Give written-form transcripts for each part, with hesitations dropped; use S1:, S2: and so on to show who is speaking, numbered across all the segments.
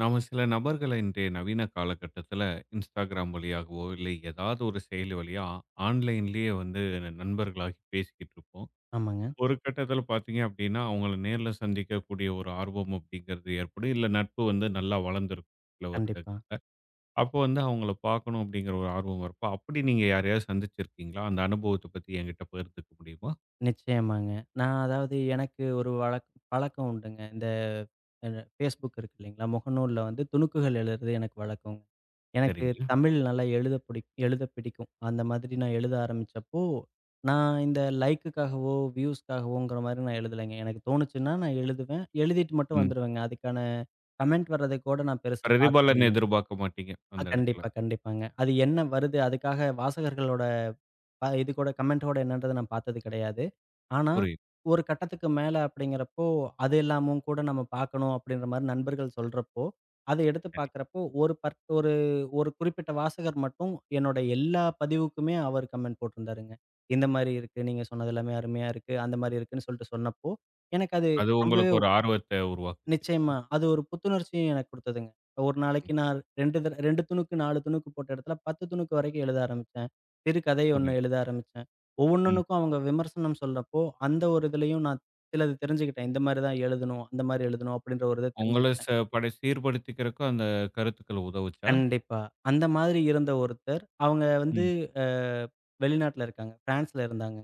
S1: நாம சில நபர்களை இன்றைய நவீன காலகட்டத்துல Instagram வழியாகவோ, இல்லை ஏதாவது ஒரு செயலி வழியா ஆன்லைன்லேயே வந்து நண்பர்களாகி பேசிக்கிட்டு இருப்போம்.
S2: ஆமாங்க.
S1: ஒரு கட்டத்துல பார்த்தீங்க அப்படின்னா, அவங்கள நேர்ல சந்திக்கக்கூடிய ஒரு ஆர்வம் அப்படிங்கிறது ஏற்படும். இல்ல நட்பு வந்து நல்லா வளர்ந்துருக்கும் சில வருடங்கள்.
S2: கண்டிப்பா.
S1: அப்போ வந்து அவங்கள பார்க்கணும் அப்படிங்கிற ஒரு ஆர்வம் இருக்கும். அப்படி நீங்க யாரையாவது சந்திச்சிருக்கீங்களா? அந்த அனுபவத்த பத்தி என்கிட்ட பகிர்ந்துக்க முடியுமா?
S2: நிச்சயமாங்க. நான் அதாவது எனக்கு ஒரு பழக்கம் உண்டுங்க. இந்த அ Facebook இருக்கு இல்லைங்களா? முகநூல்ல வந்து துணுக்குகள் எழுதுறது எனக்கு வழக்கங்க. எனக்கு
S1: சரிங்க.
S2: தமிழ் நல்லா எழுத பிடிக்கும். அந்த மாதிரி நான் எழுத ஆரம்பிச்சப்போ, நான் இந்த லைக்குக்காகவோ, வியூஸ்க்காகவோங்கிற மாரி நான் எழுதலைங்க. எனக்கு தோணுச்சுன்னா நான் எழுதுவேன். எழுதிட்டு மட்டும்
S1: ம்.
S2: வந்துருவேங்க. அதுக்கான கமெண்ட் வர்றத கூட நான் பெருசா பார்த்தது
S1: பிரதிபலன்
S2: இல்லைங்க.
S1: எதிர்பார்க்க மாட்டீங்க
S2: ஆ,
S1: அந்த இடத்துல.
S2: கண்டிப்பா, கண்டிப்பாங்க. அது என்ன வருது? அதுக்காக வாசகர்களோட இது கூட கமெண்ட்டோட என்னன்றத நான் பார்த்தது கிடையாது. ஆனா,
S1: புரியுது.
S2: ஒரு கட்டத்துக்கு மேல அப்படிங்கிறப்போ, அது எல்லாமும் கூட நம்ம பார்க்கணும் அப்படின்ற மாரி நண்பர்கள் சொல்றப்போ, அத எடுத்து
S1: சரி.
S2: பார்க்கிறப்போ, ஒரு பர் ஒரு ஒரு குறிப்பிட்ட வாசகர் மட்டும் என்னோட எல்லா பதிவுக்குமே அவர் கமெண்ட் போட்டிருந்தாருங்க. இந்த மாரி இருக்கு. நீங்க சொன்னது எல்லாமே அருமையா இருக்கு. அந்த மாரி இருக்குன்னு சொல்லிட்டு சொன்னப்போ, எனக்கு அது
S1: அது
S2: ரொம்ப
S1: உங்களுக்கு ஒரு ஆர்வத்த உருவாக்குச்சு. இல்லையா?
S2: நிச்சயமா. அது ஒரு புத்துணர்ச்சியும் எனக்கு குடுத்ததுங்க. ஒரு
S1: ம்.
S2: நாளைக்கு நான் 2 2 துணுக்கு, 4 துணுக்கு போட்ட இடத்துல 10 துணுக்கு வரைக்கும் எழுத ஆரம்பிச்சேன். சிறுகதை ஒண்ணு
S1: புரியுது.
S2: எழுத ஆரம்பிச்சேன்.
S1: ம்.
S2: ஒவ்வொன்னுக்கும் அவங்க விமர்சனம் சொல்லப்போ, அந்த ஒரு இதுலயும் நான் சிலது தெரிஞ்சுக்கிட்டேன். இந்த மாரி தான் எழுதணும், அந்த மாரி எழுதணும் அப்படின்ற ஒரு இத
S1: உங்கள ச
S2: தெரிஞ்சுக்கிட்டேன்.
S1: படை சீர்படுத்திக்கிறக்கு அந்த கருத்துக்கள் உதவுச்சா?
S2: கண்டிப்பா. அந்த மாதிரி இருந்த ஒருத்தர், அவங்க வந்து
S1: ம்.
S2: அ வெளிநாட்ல இருக்காங்க. பிரான்ஸ்ல இருந்தாங்க.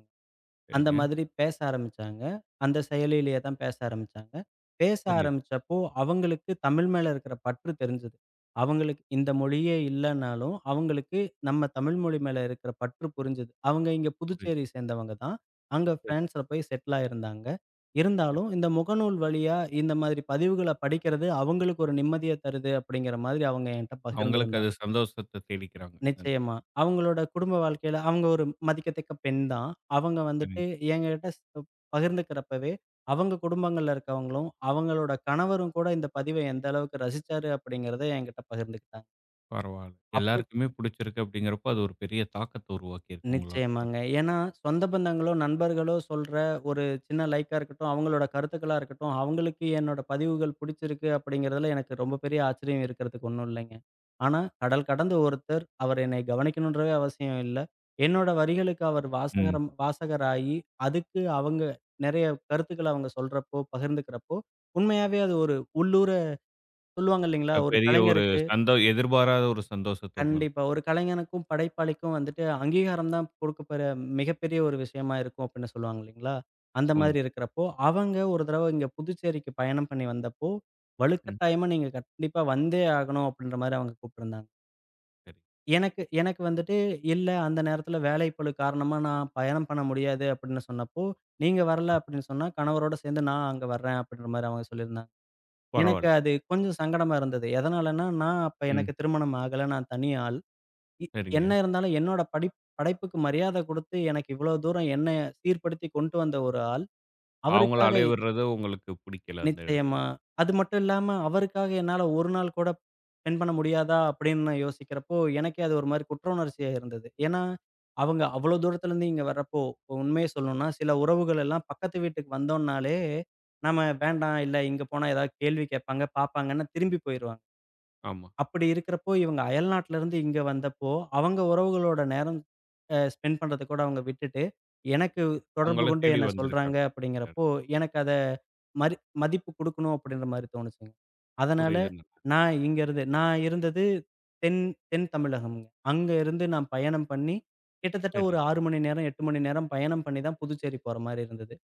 S2: அந்த
S1: சரிங்க.
S2: மாதிரி பேச ஆரம்பிச்சாங்க. அந்த செயலியிலேயே தான் பேச ஆரம்பிச்சாங்க. பேச
S1: புரியுது,
S2: ஆரம்பிச்சப்போ, அவங்களுக்கு தமிழ் மேல இருக்கிற பற்று தெரிஞ்சது. அவங்களுக்கு இந்த மொழியே இல்லன்னாலும், அவங்களுக்கு நம்ம தமிழ் மொழி மேல இருக்கிற பற்று புரிஞ்சது. அவங்க இங்க
S1: புரியுது.
S2: புதுச்சேரி சேர்ந்தவங்க தான். அங்க
S1: சரி.
S2: பிரான்ஸ்ல போய் செட்டில் ஆயிருந்தாங்க. இருந்தாலும் இந்த முகநூல் வழியா இந்த மாதிரி பதிவுகள படிக்கிறது அவங்களுக்கு ஒரு நிம்மதிய தருது அப்படிங்கிற மாதிரி அவங்க என்ட்ட
S1: அவங்களுக்கு அது
S2: பகிர்ந்திருந்தாங்க.
S1: சந்தோஷத்த தேடிக்கிறாங்க. ம்.
S2: நிச்சயமா. அவங்களோட குடும்ப வாழ்க்கையில அவங்க ஒரு மதிக்கத்தக்க பெண் தான். அவங்க வந்துட்டு
S1: சரிங்க.
S2: என்கிட்ட பகிர்ந்துக்கிறப்பவே, அவங்க குடும்பங்கள்ல இருக்கவங்களும், அவங்களோட கணவரும் கூட இந்த பதிவை எந்த அளவுக்கு ரசிச்சாரு அப்படிங்கிறத என்கிட்ட பகிர்ந்துக்கிட்டாங்க.
S1: பரவால்ல.
S2: அப்ப
S1: எல்லாருக்குமே பிடிச்சிருக்கு அப்படிங்கிறப்போ, அது ஒரு பெரிய தாக்கத்த உருவாக்கியிருக்கு உங்களோட
S2: நிச்சயமாங்க.
S1: படம்.
S2: ஏன்னா, சொந்த பந்தங்களோ, நண்பர்களோ சொல்ற ஒரு சின்ன லைக்கா இருக்கட்டும், அவங்களோட கருத்துக்களா இருக்கட்டும், அவங்களுக்கு என்னோட பதிவுகள் பிடிச்சிருக்கு அப்படிங்கிறதுல எனக்கு ரொம்ப பெரிய ஆச்சரியம் இருக்கிறதுக்கு ஒண்ணும் இல்லைங்க. ஆனா, கடல் கடந்து ஒருத்தர் அவர் என்னை கவனிக்கணுன்றவே அவசியம் இல்ல. என்னோட வரிகளுக்கு அவர்
S1: ம்.
S2: வாசகராகி, அதுக்கு அவங்க நெறைய கருத்துக்கள அவங்க சொல்றப்போ, பகிர்ந்துக்கிறப்போ, உண்மையாவே அது ஒரு உள்ளூர சொல்லுவாங்க இல்லைங்களா? ஒரு
S1: பெரிய ஒரு
S2: கலைஞருக்கு
S1: எதிர்பாராத ஒரு சந்தோஷத்த உங்களுக்கு
S2: கண்டிப்பா. ஒரு
S1: குடுக்கும்.
S2: கலைஞனுக்கும், படைப்பாளிக்கும் வந்துட்டு அங்கீகாரம் தான் கொடுக்கப்போற மிகப்பெரிய ஒரு விஷயமா இருக்கும் அப்படின்னு சொல்லுவாங்க இல்லைங்களா? அந்த
S1: உண்ம.
S2: மாதிரி இருக்கிறப்போ, அவங்க ஒரு தடவ இங்க புதுச்சேரிக்கு பயணம் பண்ணி வந்தப்போ,
S1: ம்.
S2: வலுக்கட்டாயமா நீங்க கண்டிப்பா வந்தே ஆகணும் அப்படின்ற மாரி அவங்க கூப்பிட்டுருந்தாங்க.
S1: சரி.
S2: எனக்கு எனக்கு வந்துட்டு இல்ல அந்த நேரத்துல வேலைப்பளு காரணமா நான் பயணம் பண்ண முடியாது அப்படின்னு சொன்னப்போ, நீங்க வரல அப்படின்னு சொன்னா, கணவரோட சேர்ந்து நான் அங்க வர்றேன் அப்படின்ற மாரி அவங்க சொல்லியிருந்தாங்க. எனக்கு
S1: பரவால்ல.
S2: அது கொஞ்சம் சங்கடமா இருந்தது. எதனாலன்னா, நான் அப்ப
S1: ம்.
S2: எனக்கு திருமணம் ஆகல. நான் தனி ஆள். இ
S1: சரிங்க.
S2: என்ன இருந்தாலும் என்னோட படைப்புக்கு மரியாதை குடுத்து, எனக்கு இவ்வளோ தூரம் என்ன சீர்படுத்தி கொண்டு வந்த ஒரு ஆள்,
S1: அவங்கள
S2: அவருக்காக
S1: அலைய விடுறது உங்களுக்கு பிடிக்கல அந்த இடத்துல.
S2: நிச்சயமா. அது மட்டும் இல்லாம அவருக்காக என்னால ஒரு நாள் கூட ஸ்பெண்ட் பண்ண முடியாதா? அப்படின்னு நான் யோசிக்கிறப்போ, எனக்கே அது ஒரு மாரி குற்ற உணர்ச்சியா இருந்தது. ஏன்னா, அவங்க அவ்வளோ தூரத்துலருந்து இங்க வர்றப்போ, உண்மைய சொல்லணும்னா, சில உறவுகள் எல்லாம் பக்கத்து வீட்டுக்கு வந்தோம்னாலே, நம்ம வேண்டாம், இல்ல இங்க போனா ஏதாவது கேள்வி கேட்பாங்க, பார்ப்பாங்கன்னு திரும்பி போயிருவாங்க.
S1: ஆமா.
S2: அப்படி இருக்கிறப்போ, இவங்க அயல்நாட்டிலருந்து இங்க வந்தப்போ, அவங்க உறவுகளோட நேரம் ஸ்பெண்ட் பண்றத கூட அவங்க விட்டுட்டு, எனக்கு தொடர்பு
S1: உங்கள
S2: கொண்டு
S1: தேடி
S2: என்ன சொல்றாங்க
S1: வந்திருக்காங்க. இந்த
S2: அப்படிங்கிறப்போ,
S1: இடம்.
S2: எனக்கு அத மரி மதிப்பு குடுக்கணும் அப்படின்ற மாரி தோணுச்சுங்க. அதனால
S1: புரியுதுங்க.
S2: நான் இங்க இருந்து நான் இருந்தது தென் தென் தமிழகம்ங்க. அங்க இருந்து நான் பயணம் பண்ணி, கிட்டத்தட்ட
S1: சரி.
S2: ஒரு 6 மணி நேரம், 8 மணி நேரம் பயணம் பண்ணி தான் புதுச்சேரி போற மாரி இருந்தது.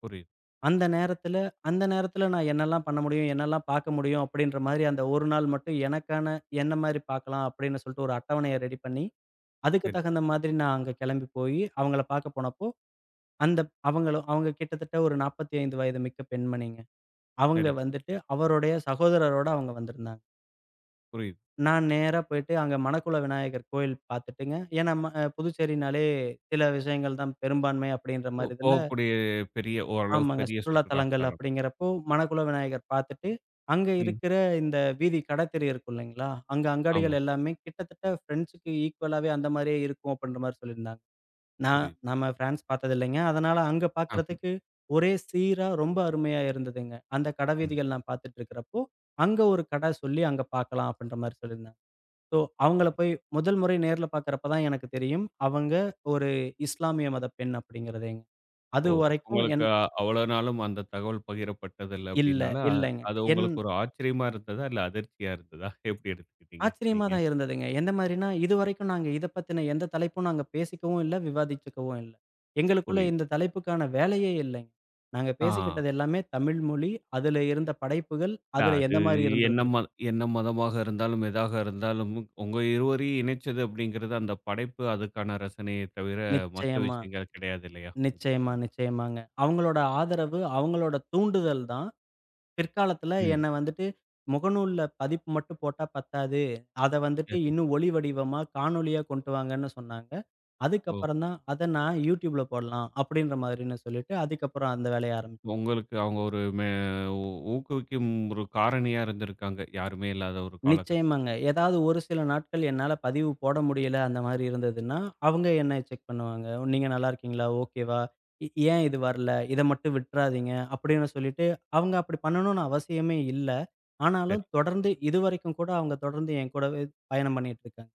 S1: புரியுது.
S2: அந்த நேரத்துல அந்த நேரத்துல நான் என்னெல்லாம் பண்ண முடியும்? என்னெல்லாம் பார்க்க முடியும்? அப்படின்ற மாரி அந்த ஒரு நாள் மட்டும் எனக்கான என்ன மாரி பார்க்கலாம்? அப்படின்னு சொல்லிட்டு ஒரு அட்டவணைய ரெடி பண்ணி, அதுக்கு
S1: சரி,
S2: தகுந்த மாதிரி நான் அங்க கிளம்பி போயி, அவங்கள பார்க்க போனப்போ, அந்த அவங்களும் அவங்க கிட்டத்தட்ட ஒரு 45 வயது மிக்க பெண்மணிங்க. அவங்க
S1: சரிங்க.
S2: வந்துட்டு அவருடைய சகோதரரோட அவங்க வந்திருந்தாங்க.
S1: புரியுது.
S2: நான் நேரா போயிட்டு அங்க மணக்குள விநாயகர் கோயில் பார்த்துட்டுங்க. ஏன்னா, ம புதுச்சேரினாலே சில விஷயங்கள் தான் பெரும்பான்மை அப்படின்ற மாரி இதுல
S1: போகக்கூடிய
S2: ஆமாங்க.
S1: பெரிய
S2: சுற்றுலா
S1: சுற்றுலா
S2: தலங்கள்
S1: தலம்.
S2: அப்படிங்கிறப்போ, மணக்குள விநாயகர் பார்த்துட்டு, அங்க
S1: ம்.
S2: இருக்கிற இந்த வீதி கடை தெரு இருக்கும் இல்லைங்களா? அங்க
S1: ஆமா.
S2: அங்காடிகள் எல்லாமே கிட்டத்தட்ட ஃபிரெண்ட்ஸுக்கு ஈக்குவலாவே அந்த மாரியே இருக்கும் அப்படின்ற மாரி சொல்லியிருந்தாங்க. நான்
S1: புரியுது.
S2: நம்ம ஃபிரான்ஸ் பார்த்ததில்லைங்க. அதனால அங்க
S1: ஆ.
S2: பார்க்கறதுக்கு ஒரே சீரா ரொம்ப அருமையா இருந்ததுங்க. அந்த கடை
S1: ம்.
S2: வீதிகள் நான் பார்த்துட்டு இருக்கிறப்போ, அங்க ஒரு கடை சொல்லி அங்க பார்க்கலாம் அப்படின்ற மாரி சொல்லியிருந்தாங்க. ஸோ, அவங்கள
S1: சரி.
S2: போய் முதல் முறை நேர்ல பார்க்கறப்ப தான் எனக்கு தெரியும். அவங்க ஒரு இஸ்லாமிய மத பெண் அப்படிங்கிறதேங்க.
S1: ஓ!
S2: அதுவரைக்கும்
S1: உங்களுக்கு அவ்வளோ நாளும் அந்த தகவல் பகிரப்பட்டதில்ல
S2: இல்ல,
S1: அப்படின்னால,
S2: இல்லங்க.
S1: அது
S2: என்
S1: உங்களுக்கு ஒரு ஆச்சரியமா இருந்ததா? இல்ல அதிர்ச்சியா இருந்ததா? எப்படி எடுத்துக்கிட்டீங்க
S2: ஆச்சரியமா
S1: நீங்க?
S2: தான் இருந்ததுங்க. எந்த மாரின்னா, இதுவரைக்கும் நாங்க இத பத்தின எந்த தலைப்பும் நாங்க பேசிக்கவும் இல்ல, விவாதிச்சுக்கவும் இல்ல. எங்களுக்குள்ள
S1: புரியுது.
S2: இந்த தலைப்புக்கான வேலையே இல்லைங்க. நாங்க
S1: ஆ.
S2: பேசிக்கிட்டது எல்லாமே தமிழ் மொழி, அதுல இருந்த படைப்புகள்,
S1: இல்ல
S2: அதுல
S1: அது
S2: எந்த மாரி
S1: என்ன
S2: இருந்திருதுங்க.
S1: மத என்ன மதமாக இருந்தாலும், எதாக இருந்தாலும், உங்க இருவரையும் இணைச்சது அப்படிங்கிறது அந்த படைப்பு, அதுக்கான ரசனையை தவிர மத்த
S2: நிச்சயமா,
S1: விஷயங்கள் கிடையாது இல்லையா?
S2: நிச்சயமா,
S1: எப்படினாலும்.
S2: நிச்சயமாங்க. அவங்களோட ஆதரவு, அவங்களோட தூண்டுதல் தான் பிற்காலத்துல
S1: ம்.
S2: என்ன வந்துட்டு முகநூல்ல பதிப்பு மட்டும் போட்டா பத்தாது. அத வந்துட்டு
S1: சரி.
S2: இன்னும் ஒளி வடிவமா, காணொளியா கொண்டு வாங்கன்னு சொன்னாங்க.
S1: ஓ!
S2: அதுக்கப்புறம் தான் அத நான் YouTubeல போடலாம் அப்படின்ற மாதிரின்னு சொல்லிட்டு, அதுக்கப்புறம் அந்த வேலைய ஆரம்பிச்சேன்.
S1: உங்களுக்கு அவங்க ஒரு மே ஊ ஊக்குவிக்கும் ஒரு காரணியா இருந்திருக்காங்க. யாருமே இல்லாத ஒரு காலகட்டம்.
S2: நிச்சயமாங்க. ஏதாவது ஒரு சில நாட்கள் என்னால பதிவு போட முடியல அந்த மாரி இருந்ததுன்னா, அவங்க என்ன செக் பண்ணுவாங்க. "நீங்க நல்லா இருக்கீங்களா? ஓகேவா? ஏன் இது வரல? இத மட்டும் விட்றாதீங்க." அப்படின்னு சொல்லிட்டு அவங்க அப்படி பண்ணணும்னு அவசியமே இல்ல.
S1: சரி,
S2: ஆனாலும் தொடர்ந்து இதுவரைக்கும் கூட அவங்க தொடர்ந்து என் கூடவே பயணம் பண்ணிட்டு இருக்காங்க.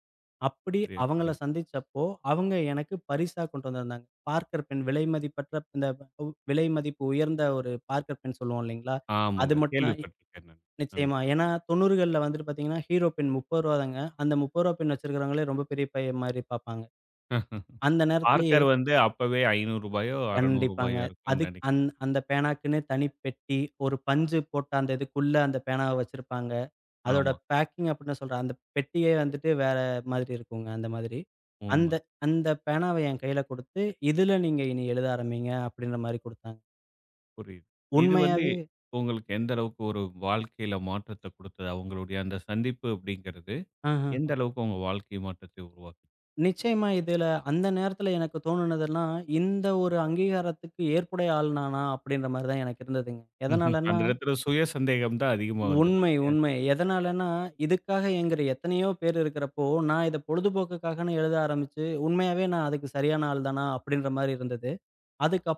S2: அப்படி
S1: சரியா
S2: அவங்கள
S1: சொன்னீங்க.
S2: சந்திச்சப்போ, அவங்க எனக்கு பரிசா கொண்டு வந்திருந்தாங்க. பார்க்கர் பென், விலைமதிப்பற்ற இந்த விலைமதிப்பு உயர்ந்த ஒரு பார்க்கர் பென் சொல்லுவோம் இல்லைங்களா? அது
S1: ஆமாங்க.
S2: மட்டும் தான்
S1: கேள்விப்பட்டிருக்கேன் நான். நானு.
S2: நிச்சயமா. ஏன்னா 90கள்ல வந்துட்டு பார்த்தீங்கன்னா, ஹீரோ பென் ரூ. 30 தாங்க. அந்த ரூ. 30 பென் வச்சிருக்கிறவங்களே ரொம்ப பெரிய பையன் மாரி பார்ப்பாங்க.
S1: அஹ்,
S2: அந்த நேரத்திலேயே
S1: பார்க்கர் வந்து அப்பவே ரூ. 500யோ, ரூ.
S2: கண்டிப்பாங்க.
S1: 600யோ இருக்கும்னு
S2: அதுக் அந்
S1: நெனைக்கிறேன்.
S2: அந்த பேனாக்குன்னே தனி பெட்டி, ஒரு பஞ்சு போட்ட அந்த இதுக்குள்ள அந்த பேனாவ வச்சிருப்பாங்க. அதோட
S1: ஆமா.
S2: பேக்கிங் அப்படின்னு சொல்ற அந்த பெட்டியே வந்துட்டு வேற மாதிரி இருக்குங்க, அந்த மாதிரி. அந்த
S1: உண்ம.
S2: அந்த பேனாவ என் கையில குடுத்து, "இதுல நீங்க இனி எழுத ஆரம்பிங்க" அப்படின்ற மாரி குடுத்தாங்க.
S1: புரியுது. இது வந்து
S2: உண்மையாவே
S1: உங்களுக்கு எந்த அளவுக்கு ஒரு வாழ்க்கையில மாற்றத்த குடுத்தது? அவங்களுடைய அந்த சந்திப்பு அப்படிங்கிறது,
S2: ஆஹ.
S1: எந்த அளவுக்கு உங்க வாழ்க்கை மாற்றத்தை உருவாக்குது?
S2: நிச்சயமா இதுல அந்த நேரத்துல எனக்கு தோணுனதெல்லாம், இந்த ஒரு அங்கீகாரத்துக்கு ஏற்புடைய ஆள் நானா? அப்படின்ற மாரி தான் எனக்கு இருந்ததுங்க.
S1: ம்ஹும். அந்த
S2: எதனாலன்னா
S1: இடத்துல சுய சந்தேகம் தான் அதிகமா வந்திருக்கு
S2: உண்மை,
S1: இல்லையா?
S2: உண்மை. எதனாலன்னா, இதுக்காக ஏங்குற எத்தனையோ பேர் இருக்கிறப்போ, நான் இத பொழுதுபோக்குக்காகன்னு எழுத ஆரம்பிச்சு, உண்மையாவே நான் அதுக்கு சரியான ஆள் தானா? அப்படின்ற மாரி இருந்தது.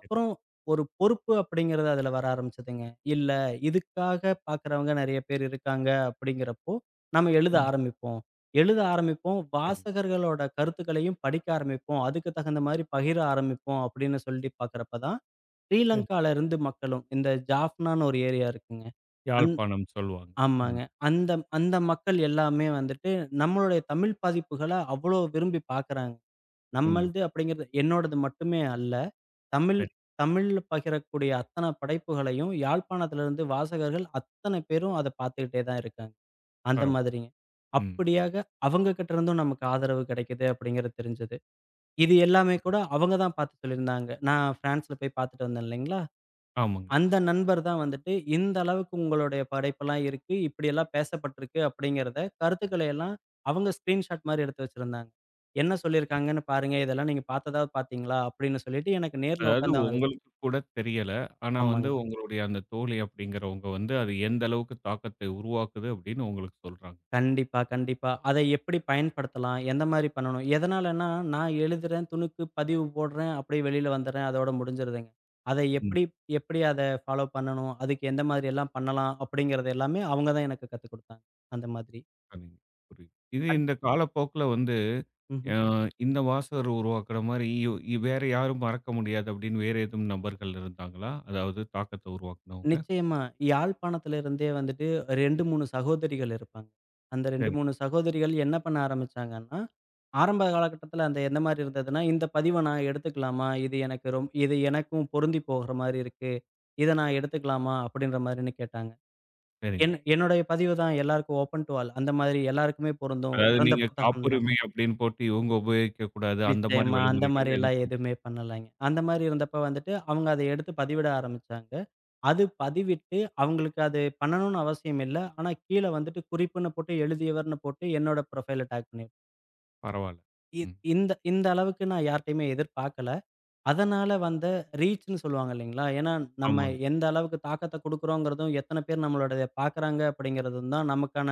S1: சரி.
S2: ஒரு பொறுப்பு அப்படிங்கிறது அதுல வர ஆரம்பிச்சதுங்க. இல்ல, இதுக்காக பார்க்குறவங்க நெறைய பேர் இருக்காங்க அப்படிங்கிறப்போ, நம்ம எழுத
S1: ம்.
S2: ஆரம்பிப்போம். எழுத ஆரம்பிப்போம்.
S1: சரி,
S2: வாசகர்களோட கருத்துக்களையும் படிக்க ஆரம்பிப்போம். அதுக்கு தகுந்த மாரி பகிர ஆரம்பிப்போம் அப்படின்னு சொல்லி பார்க்குறப்ப தான்,
S1: சரி.
S2: ஸ்ரீலங்கால இருந்து மக்களும் இந்த ஜாஃப்னான்னு ஒரு ஏரியா இருக்குங்க. அந்
S1: யாழ்ப்பாணம் சொல்லுவாங்க. ம்.
S2: ஆமாங்க. அந்த அந்த மக்கள் எல்லாமே வந்துட்டு நம்மளுடைய தமிழ் பதிப்புகள அவ்வளோ விரும்பி பார்க்குறாங்க.
S1: உண்ம.
S2: நம்மளது அப்படிங்கிறது என்னோடது மட்டுமே அல்ல. தமிழ்
S1: சரி,
S2: தமிழ்ல பகிரக்கூடிய அத்தன படைப்புகளையும் யாழ்ப்பாணத்திலிருந்து வாசகர்கள் அத்தனை பேரும் அத பார்த்துக்கிட்டே தான் இருக்காங்க. அந்த
S1: பரவால்ல.
S2: மாதிரிங்க.
S1: ம்.
S2: அப்படியாக அவங்க கிட்ட இருந்தும் நமக்கு ஆதரவு கிடைக்குது அப்படிங்கிறது தெரிஞ்சது. இது எல்லாமே கூட
S1: புரியுது.
S2: அவங்க தான் பார்த்து சொல்லியிருந்தாங்க. நான் பிரான்ஸ்ல போய் பார்த்துட்டு வந்தேன் இல்லைங்களா?
S1: ஆமாங்க.
S2: அந்த நண்பர் தான் வந்துட்டு இந்த அளவுக்கு உங்களுடைய படைப்பெல்லாம் இருக்கு. இப்படியெல்லாம் பேசப்பட்டிருக்கு அப்படிங்கிறத கருத்துக்களை எல்லாம் அவங்க ஸ்கிரீன்ஷாட் மாரி எடுத்து வச்சிருந்தாங்க. என்ன
S1: ம்.
S2: சொல்லியிருக்காங்கன்னு பாருங்க. இதெல்லாம் நீங்க பார்த்ததா பார்த்தீங்களா? அப்படின்னு சொல்லிட்டு எனக்கு நேர்ல
S1: அதாவது
S2: உட்காந்து அவங்க
S1: உங்களுக்கு கூட தெரியல. ஆனா வந்து
S2: ஆமாங்க.
S1: உங்களுடைய அந்த தோழி அப்படிங்கிறவங்க வந்து, அது எந்த அளவுக்கு தாக்கத்தை உருவாக்குது அப்படின்னு உங்களுக்கு சொல்றாங்க.
S2: கண்டிப்பா, கண்டிப்பா. அதை எப்படி பயன்படுத்தலாம்? எந்த மாரி பண்ணணும்? எதனாலன்னா, நான் எழுதுறேன், துணுக்கு பதிவு போடுறேன், அப்படியே வெளியில வந்துடுறேன். அதோட முடிஞ்சிருதுங்க. அதை
S1: ம்.
S2: எப்படி எப்படி அத ஃபாலோ பண்ணணும்? அதுக்கு எந்த மாதிரி எல்லாம் பண்ணலாம்? அப்படிங்கிறது எல்லாமே அவங்க தான் எனக்கு கத்துக் குடுத்தாங்க. அந்த மாதிரி.
S1: சரிங்க. புரியுது. இது இந்த காலப்போக்குல வந்து
S2: ம்ஹ்ம்.
S1: அ இந்த வாசகர் உருவாக்குற மாரி யு இ வேற யாரும் மறக்க முடியாது அப்படின்னு வேற எதுவும் நபர்கள் இருந்தாங்களா? அதாவது தாக்கத்த உருவாக்குனவங்க?
S2: நிச்சயமா. யாழ்ப்பாணத்துல இருந்தே வந்துட்டு 2, 3 சகோதரிகள் இருப்பாங்க. அந்த 2,
S1: சரி,
S2: 3 சகோதரிகள் என்ன பண்ண ஆரம்பிச்சாங்கன்னா, ஆரம்ப காலகட்டத்துல அந்த எந்த மாரி இருந்ததுன்னா, "இந்த பதிவ நான் எடுத்துக்கலாமா? இது எனக்கும் பொருந்தி போகுற மாரி இருக்கு. இத நான் எடுத்துக்கலாமா?" அப்படின்ற மாரின்னு கேட்டாங்க.
S1: சரிங்க.
S2: என்னுடைய பதிவு தான் எல்லாருக்கும் ஓப்பன் டூ ஆல். அந்த மாதிரி எல்லாருக்குமே பொருந்தும்.
S1: அதாவது
S2: திறந்த
S1: நீங்க
S2: புத்தகம் தான்.
S1: காப்புரிமை அப்படின்னு போட்டு இவங்க உபயோகிக்கக்கூடாது. அந்த மாரி
S2: நிச்சயமா. அந்த
S1: வழிமுறைகள்
S2: மாரி
S1: எதுவும்
S2: எல்லாம்
S1: பண்றது
S2: எதுவுமே பண்ணலைங்க. அந்த மாரி இருந்தப்ப வந்துட்டு, அவங்க அத எடுத்து பதிவிட ஆரம்பிச்சாங்க. அது பதிவிட்டு, அவங்களுக்கு அது பண்ணணும்னு அவசியம் இல்ல. ஆனா, கீழ வந்துட்டு குறிப்புன்னு போட்டு, எழுதியவர்ன்னு போட்டு என்னோட ப்ரொஃபைல டாக் பண்ணி
S1: பரவால்ல.
S2: இ
S1: ம்.
S2: இந்த இந்த அளவுக்கு நான் யார்ட்டயுமே எதிர்பார்க்கல. அதனால வந்த ரீச்ன்னு சொல்லுவாங்க இல்லைங்களா? ஏன்னா, நம்ம
S1: ஆமாங்க.
S2: எந்த அளவுக்கு தாக்கத்த குடுக்குறோங்கிறதும், எத்தன பேர் நம்மளோடத பார்க்குறாங்க அப்படிங்கிறதும் தான் நமக்கான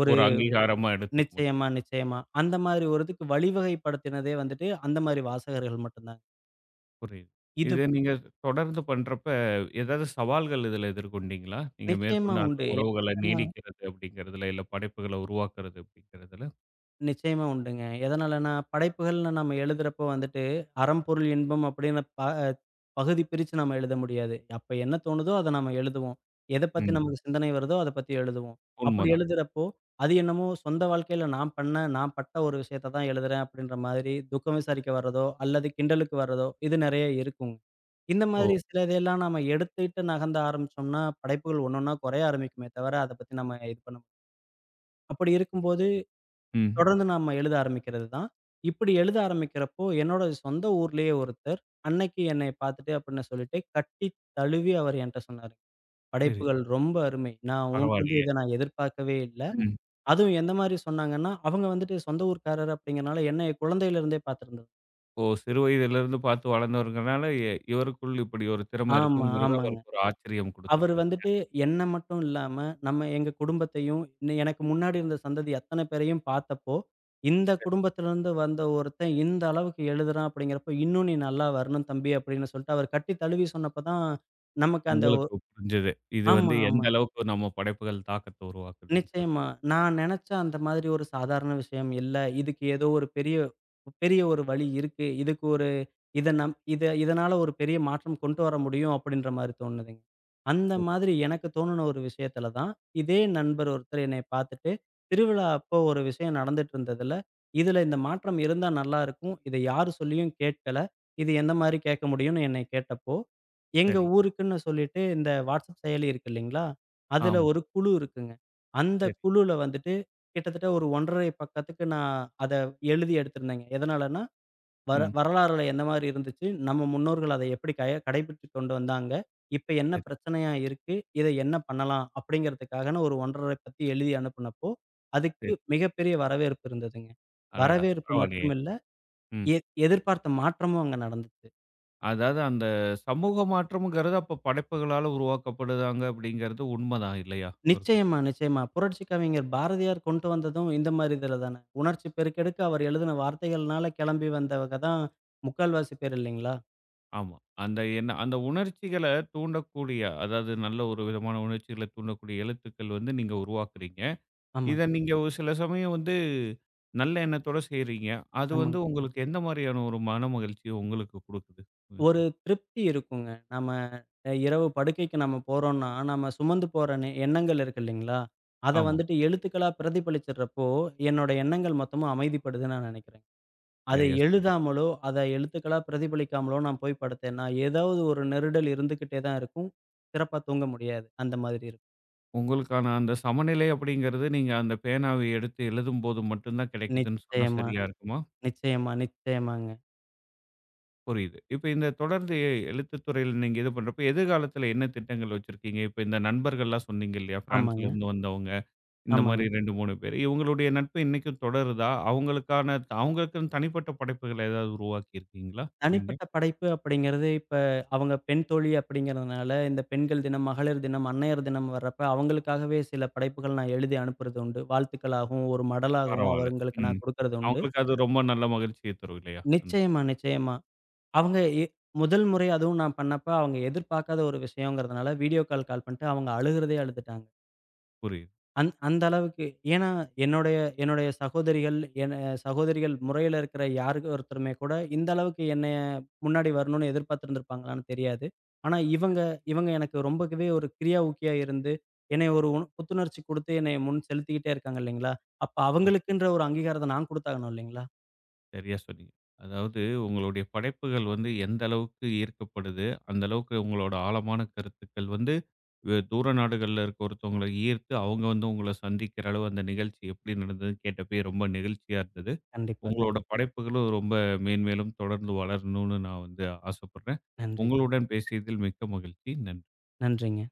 S2: ஒரு
S1: ஒரு அங்கீகாரமா எடுத்துக்க முடியும்.
S2: நிச்சயமா, நிச்சயமா. அந்த மாரி ஒரு இதுக்கு வழிவகைப்படுத்தினதே வந்துட்டு, அந்த மாரி வாசகர்கள் மட்டும் தான்.
S1: புரியுது.
S2: இது
S1: இது நீங்க தொடர்ந்து பண்றப்ப, ஏதாவது சவால்கள் இதில எதிர்கொண்டீங்களா? நீங்க
S2: நிச்சயமா
S1: மேற்கொண்டு அந்த
S2: உண்டு.
S1: உறவுகள
S2: ஏன்னா
S1: நீடிக்கிறது அப்படிங்கிறதுல, இல்ல படைப்புகள உருவாக்குறது அப்படிங்கிறதுல?
S2: நிச்சயமா உண்டுங்க. எதனாலன்னா, படைப்புகள்னு நம்ம எழுதுறப்போ வந்துட்டு, அறம்பொருள் இன்பம் அப்படின்னு பகுதி பிரிச்சு நம்ம எழுத முடியாது. அப்ப என்ன தோணுதோ அத நம்ம எழுதுவோம். எத பத்தி
S1: ம்.
S2: நமக்கு சிந்தனை வருதோ அத பத்தி எழுதுவோம். அப்படி
S1: உண்மதான்.
S2: எழுதுறப்போ, அது என்னமோ சொந்த வாழ்க்கையில நான் பண்ண, நான் பட்ட ஒரு விஷயத்த தான் எழுதுறேன் அப்படின்ற மாதிரி துக்கம் விசாரிக்க வர்றதோ, அல்லது கிண்டலுக்கு வர்றதோ, இது நெறைய இருக்குங்க. இந்த
S1: ஓ!
S2: மாதிரி சில இதெல்லாம் நாம எடுத்துட்டு நகர்ந்த ஆரம்பிச்சோம்னா, படைப்புகள் ஒண்ணொன்னா குறைய ஆரம்பிக்குமே தவிர, அத பத்தி நம்ம இது பண்ண அப்படி இருக்கும்போது,
S1: ம்.
S2: தொடர்ந்து நம்ம எழுத ஆரம்பிக்கிறது தான். இப்படி எழுத ஆரம்பிக்கிறப்போ, என்னோட சொந்த ஊர்லயே ஒருத்தர், அன்னைக்கு என்னைய பார்த்துட்டு அப்படின்னு சொல்லிட்டு, கட்டி தழுவி அவர் என்ட்ட சொன்னாரு.
S1: சரி.
S2: "படைப்புகள் ரொம்ப அருமை. நான் உன்ட்டருந்து
S1: பரவாயில்லையே!
S2: இத நான் எதிர்பார்க்கவே இல்ல."
S1: ம்.
S2: அதுவும் எந்த மாரி சொன்னாங்கன்னா, அவங்க வந்துட்டு சொந்த ஊர்க்காரர் அப்படிங்கிறனால, என்னைய குழந்தையிலிருந்தே பார்த்துருந்தாங்க.
S1: ஓ! சிறு வயதிலிருந்து பார்த்து வளர்ந்தவர்ங்கனால, இவருக்குள் இப்படி ஒரு திறமை
S2: ஆமா,
S1: இருக்குங்கிறது
S2: ஆமாங்க.
S1: அவருக்கு ஒரு ஆச்சரியம்
S2: அவரு
S1: குடுத்திருக்கு.
S2: வந்துட்டு என்ன மட்டும் இல்லாம, நம்ம எங்க குடும்பத்தையும், எனக்கு முன்னாடி இருந்த சந்ததி அத்தன பேரையும் பார்த்தப்போ, இந்த குடும்பத்திலருந்து வந்த ஒருத்தன் இந்த அளவுக்கு எழுதுறான் அப்படிங்கிறப்போ, இன்னும் நீ நல்லா வரணும் தம்பி அப்படின்னு சொல்லிட்டு, அவர் கட்டி தழுவி சொன்னப்ப தான் நமக்கு அந்த
S1: உங்களுக்கு புரிஞ்சது. இது
S2: ஆமா,
S1: வந்து எந்த
S2: ஆமா.
S1: அளவுக்கு நம்ம படைப்புகள் தாக்கத்த உருவாக்குதுன்னு
S2: நிச்சயமா.
S1: சொல்லிட்டு.
S2: நான் நெனச்ச அந்த மாதிரி ஒரு சாதாரண விஷயம் இல்ல. இதுக்கு ஏதோ ஒரு பெரிய பெரிய ஒரு வழி இருக்கு. இதுக்கு இத நம் இத இதனால ஒரு பெரிய மாற்றம் கொண்டு வர முடியும் அப்படின்ற மாரி தோணுதுங்க. அந்த
S1: ஓ,
S2: மாதிரி எனக்கு தோணுன ஒரு விஷயத்துல தான், இதே நண்பர் ஒருத்தர் என்னைய பார்த்துட்டு, திருவிழா அப்போ ஒரு விஷயம் நடந்துட்டு இருந்ததுல, "இதுல இந்த மாற்றம் இருந்தா நல்லா இருக்கும். இத யாரு சொல்லியும் கேட்கல. இது எந்த மாரி கேட்க முடியும்ன்னு?" என்னை கேட்டப்போ, எங்க
S1: சரி.
S2: ஊருக்குன்னு சொல்லிட்டு இந்த WhatsApp செயலி இருக்கு இல்லைங்களா? அதுல
S1: ஆமா.
S2: ஒரு குழு இருக்குங்க. அந்த
S1: சரி.
S2: குழுல வந்துட்டு கிட்டத்தட்ட ஒரு 1 1/2 பக்கத்துக்கு நான் அத எழுதி எடுத்திருந்தேங்க. எதனாலன்னா,
S1: ம்.
S2: வரலாறுல எந்த மாரி இருந்துச்சு? நம்ம முன்னோர்கள் அதை எப்படி கடைபிடிச்சு கொண்டு வந்தாங்க? இப்ப என்ன
S1: சரி.
S2: பிரச்சனையா இருக்கு? இதை என்ன பண்ணலாம்? அப்படிங்கிறதுக்காகன்னு ஒரு 1 1/2 பத்தி எழுதி அனுப்புனப்போ, அதுக்கு மிகப்பெரிய வரவேற்பு இருந்ததுங்க.
S1: அடடா!
S2: வரவேற்பு
S1: பரவாயில்லையே.
S2: மட்டும் இல்ல,
S1: ம்.
S2: எ எதிர்பார்த்த மாற்றமும் அங்க நடந்துச்சு.
S1: அதாவது அந்த சமூக மாற்றம்ங்கிறது அப்ப படைப்புகளால உருவாக்கப்படுதாங்க அப்படிங்கிறது உண்மதான் இல்லையா? ஒரு கட்
S2: நிச்சயமா, நிச்சயமா. புரட்சி கவிஞர் பாரதியார் கொண்டு வந்ததும் இந்த மாரி இதில தானே. உணர்ச்சி பெருக்கெடுக்க அவர் எழுதின வார்த்தைகள்னால கிளம்பி வந்தவங்க தான் முக்கால்வாசி பேர் இல்லைங்களா?
S1: ஆமா. அந்த என்ன அந்த உணர்ச்சிகள தூண்டக்கூடிய அதாவது நல்ல ஒரு விதமான உணர்ச்சிகள தூண்டக்கூடிய எழுத்துக்கள் வந்து நீங்க உருவாக்குறீங்க.
S2: ஆமாங்க,
S1: இத நீங்க ஒரு சில சமயம் வந்து நல்ல எண்ணத்தோட செய்றீங்க. அது
S2: ஆமாங்க.
S1: வந்து உங்களுக்கு எந்த மாதிரியான ஒரு மன மகிழ்ச்சிய உங்களுக்கு குடுக்குது?
S2: ஒரு திருப்தி இருக்குங்க. நாம இரவு படுக்கைக்கு நம்ம போறோம்ன்னா, நம்ம சுமந்து போற எண்ணங்கள் இருக்கு இல்லைங்களா? அத
S1: ஆமா.
S2: வந்துட்டு எழுத்துக்களா பிரதிபலிச்சிடுறப்போ, என்னோட எண்ணங்கள் மொத்தமும் அமைதிப்படுதுன்னு நான் நெனைக்கிறேன். அதை
S1: சரியா சொன்னீங்க.
S2: எழுதாமலோ, அத எழுத்துக்களா பிரதிபலிக்காமலோ நான் போய் படுத்தேன்னா, ஏதாவது ஒரு நெருடல் இருந்துகிட்டே தான் இருக்கும். சிறப்பா தூங்க முடியாது. அந்த மாதிரி இருக்கும்.
S1: உங்களுக்கான அந்த சமநிலை அப்படிங்கிறது, நீங்க அந்த பேனாவை எடுத்து எழுதும்போது மட்டும் தான் கிடைக்குதுன்னு சொன்னா
S2: நிச்சயமா,
S1: சரியா இருக்குமா?
S2: நிச்சயமா, நிச்சயமாங்க.
S1: புரியுது. இப்ப இந்த தொடர்ந்து எழுத்துத் துறையில நீங்க இது பண்றப்ப, எதிர்காலத்துல என்ன திட்டங்கள் வச்சிருக்கீங்க? இப்ப இந்த நண்பர்கள்லாம் சொன்னீங்க இல்லையா?
S2: ஆமாங்க,
S1: பிரான்ஸ்லேருந்து வந்தவங்க, இந்த
S2: ஆமாங்க.
S1: மாரி 2, 3 பேரு. இவங்களுடைய நட்பு இன்னைக்கும் தொடருதா? அவங்களுக்குன்னு தனிப்பட்ட படைப்புகள் ஏதாவது உருவாக்கியிருக்கீங்களா நீங்க?
S2: தனிப்பட்ட படைப்பு அப்படிங்கிறது, இப்ப அவங்க பெண் தோழி அப்படிங்கிறதுனால, இந்த பெண்கள் தினம், மகளிர் தினம், அன்னையர் தினம் வர்றப்ப அவங்களுக்காகவே சில படைப்புகள் நான் எழுதி அனுப்புறது உண்டு. வாழ்த்துக்களாகவும், ஒரு மடலாகவும்
S1: பரவால்ல.
S2: அவங்களுக்கு
S1: ம்.
S2: நான் குடுக்கறது உண்டு.
S1: அவங்களுக்கு அது ரொம்ப நல்ல மகிழ்ச்சிய தரும் இல்லையா? அந்த
S2: நிச்சயமா, நிச்சயமா. அவங்க முதல் முறை அதுவும் நான் பண்ணப்ப, அவங்க எதிர்பார்க்காத ஒரு விஷயங்கிறதுனால, வீடியோ கால் பண்ணிட்டு அவங்க அழுகுறதே அழுதுட்டாங்க.
S1: புரியுது.
S2: அந்த அளவுக்கு. ஏன்னா, என்னுடைய என்னுடைய சகோதரிகள், சகோதரிகள் முறையில இருக்கிற யாருக்கு ஒருத்தருமே கூட, இந்த அளவுக்கு என்னைய முன்னாடி வரணும்னு எதிர்பார்த்திருந்திருப்பாங்களான்னு தெரியாது. ஆனா, இவங்க இவங்க எனக்கு ரொம்பவே ஒரு கிரியா ஊக்கியா இருந்து, என்னைய ஒரு புத்துணர்ச்சி குடுத்து, என்னைய முன் செலுத்திக்கிட்டே இருக்காங்க இல்லைங்களா? அப்ப அவங்களுக்குன்ற ஒரு அங்கீகாரத்த நான் குடுத்தாகணும் இல்லைங்களா?
S1: சரியா சொன்னீங்க. அதாவது உங்களுடைய படைப்புகள் வந்து எந்த அளவுக்கு ஈர்க்கப்படுது, அந்த அளவுக்கு உங்களோட ஆழமான கருத்துக்கள் வந்து தூர நாடுகள்ல இருக்க ஒருத்தவங்கள ஈர்த்து, அவங்க வந்து உங்கள சந்திக்கிற அளவு அந்த நிகழ்ச்சி எப்படி நடந்ததுன்னு கேட்டப்பயே ரொம்ப நெகிழ்ச்சியா இருந்தது.
S2: கண்டிப்பா, கண்டிப்பா.
S1: உங்களோட படைப்புகளும் ரொம்ப மேன்மேலும் தொடர்ந்து வளரணும்னு நான் வந்து ஆசைப்படுறேன்.
S2: நன்றிங்க.
S1: உங்களுடன் பேசியதில் மிக்க மகிழ்ச்சி. நன்றி.
S2: நன்றிங்க.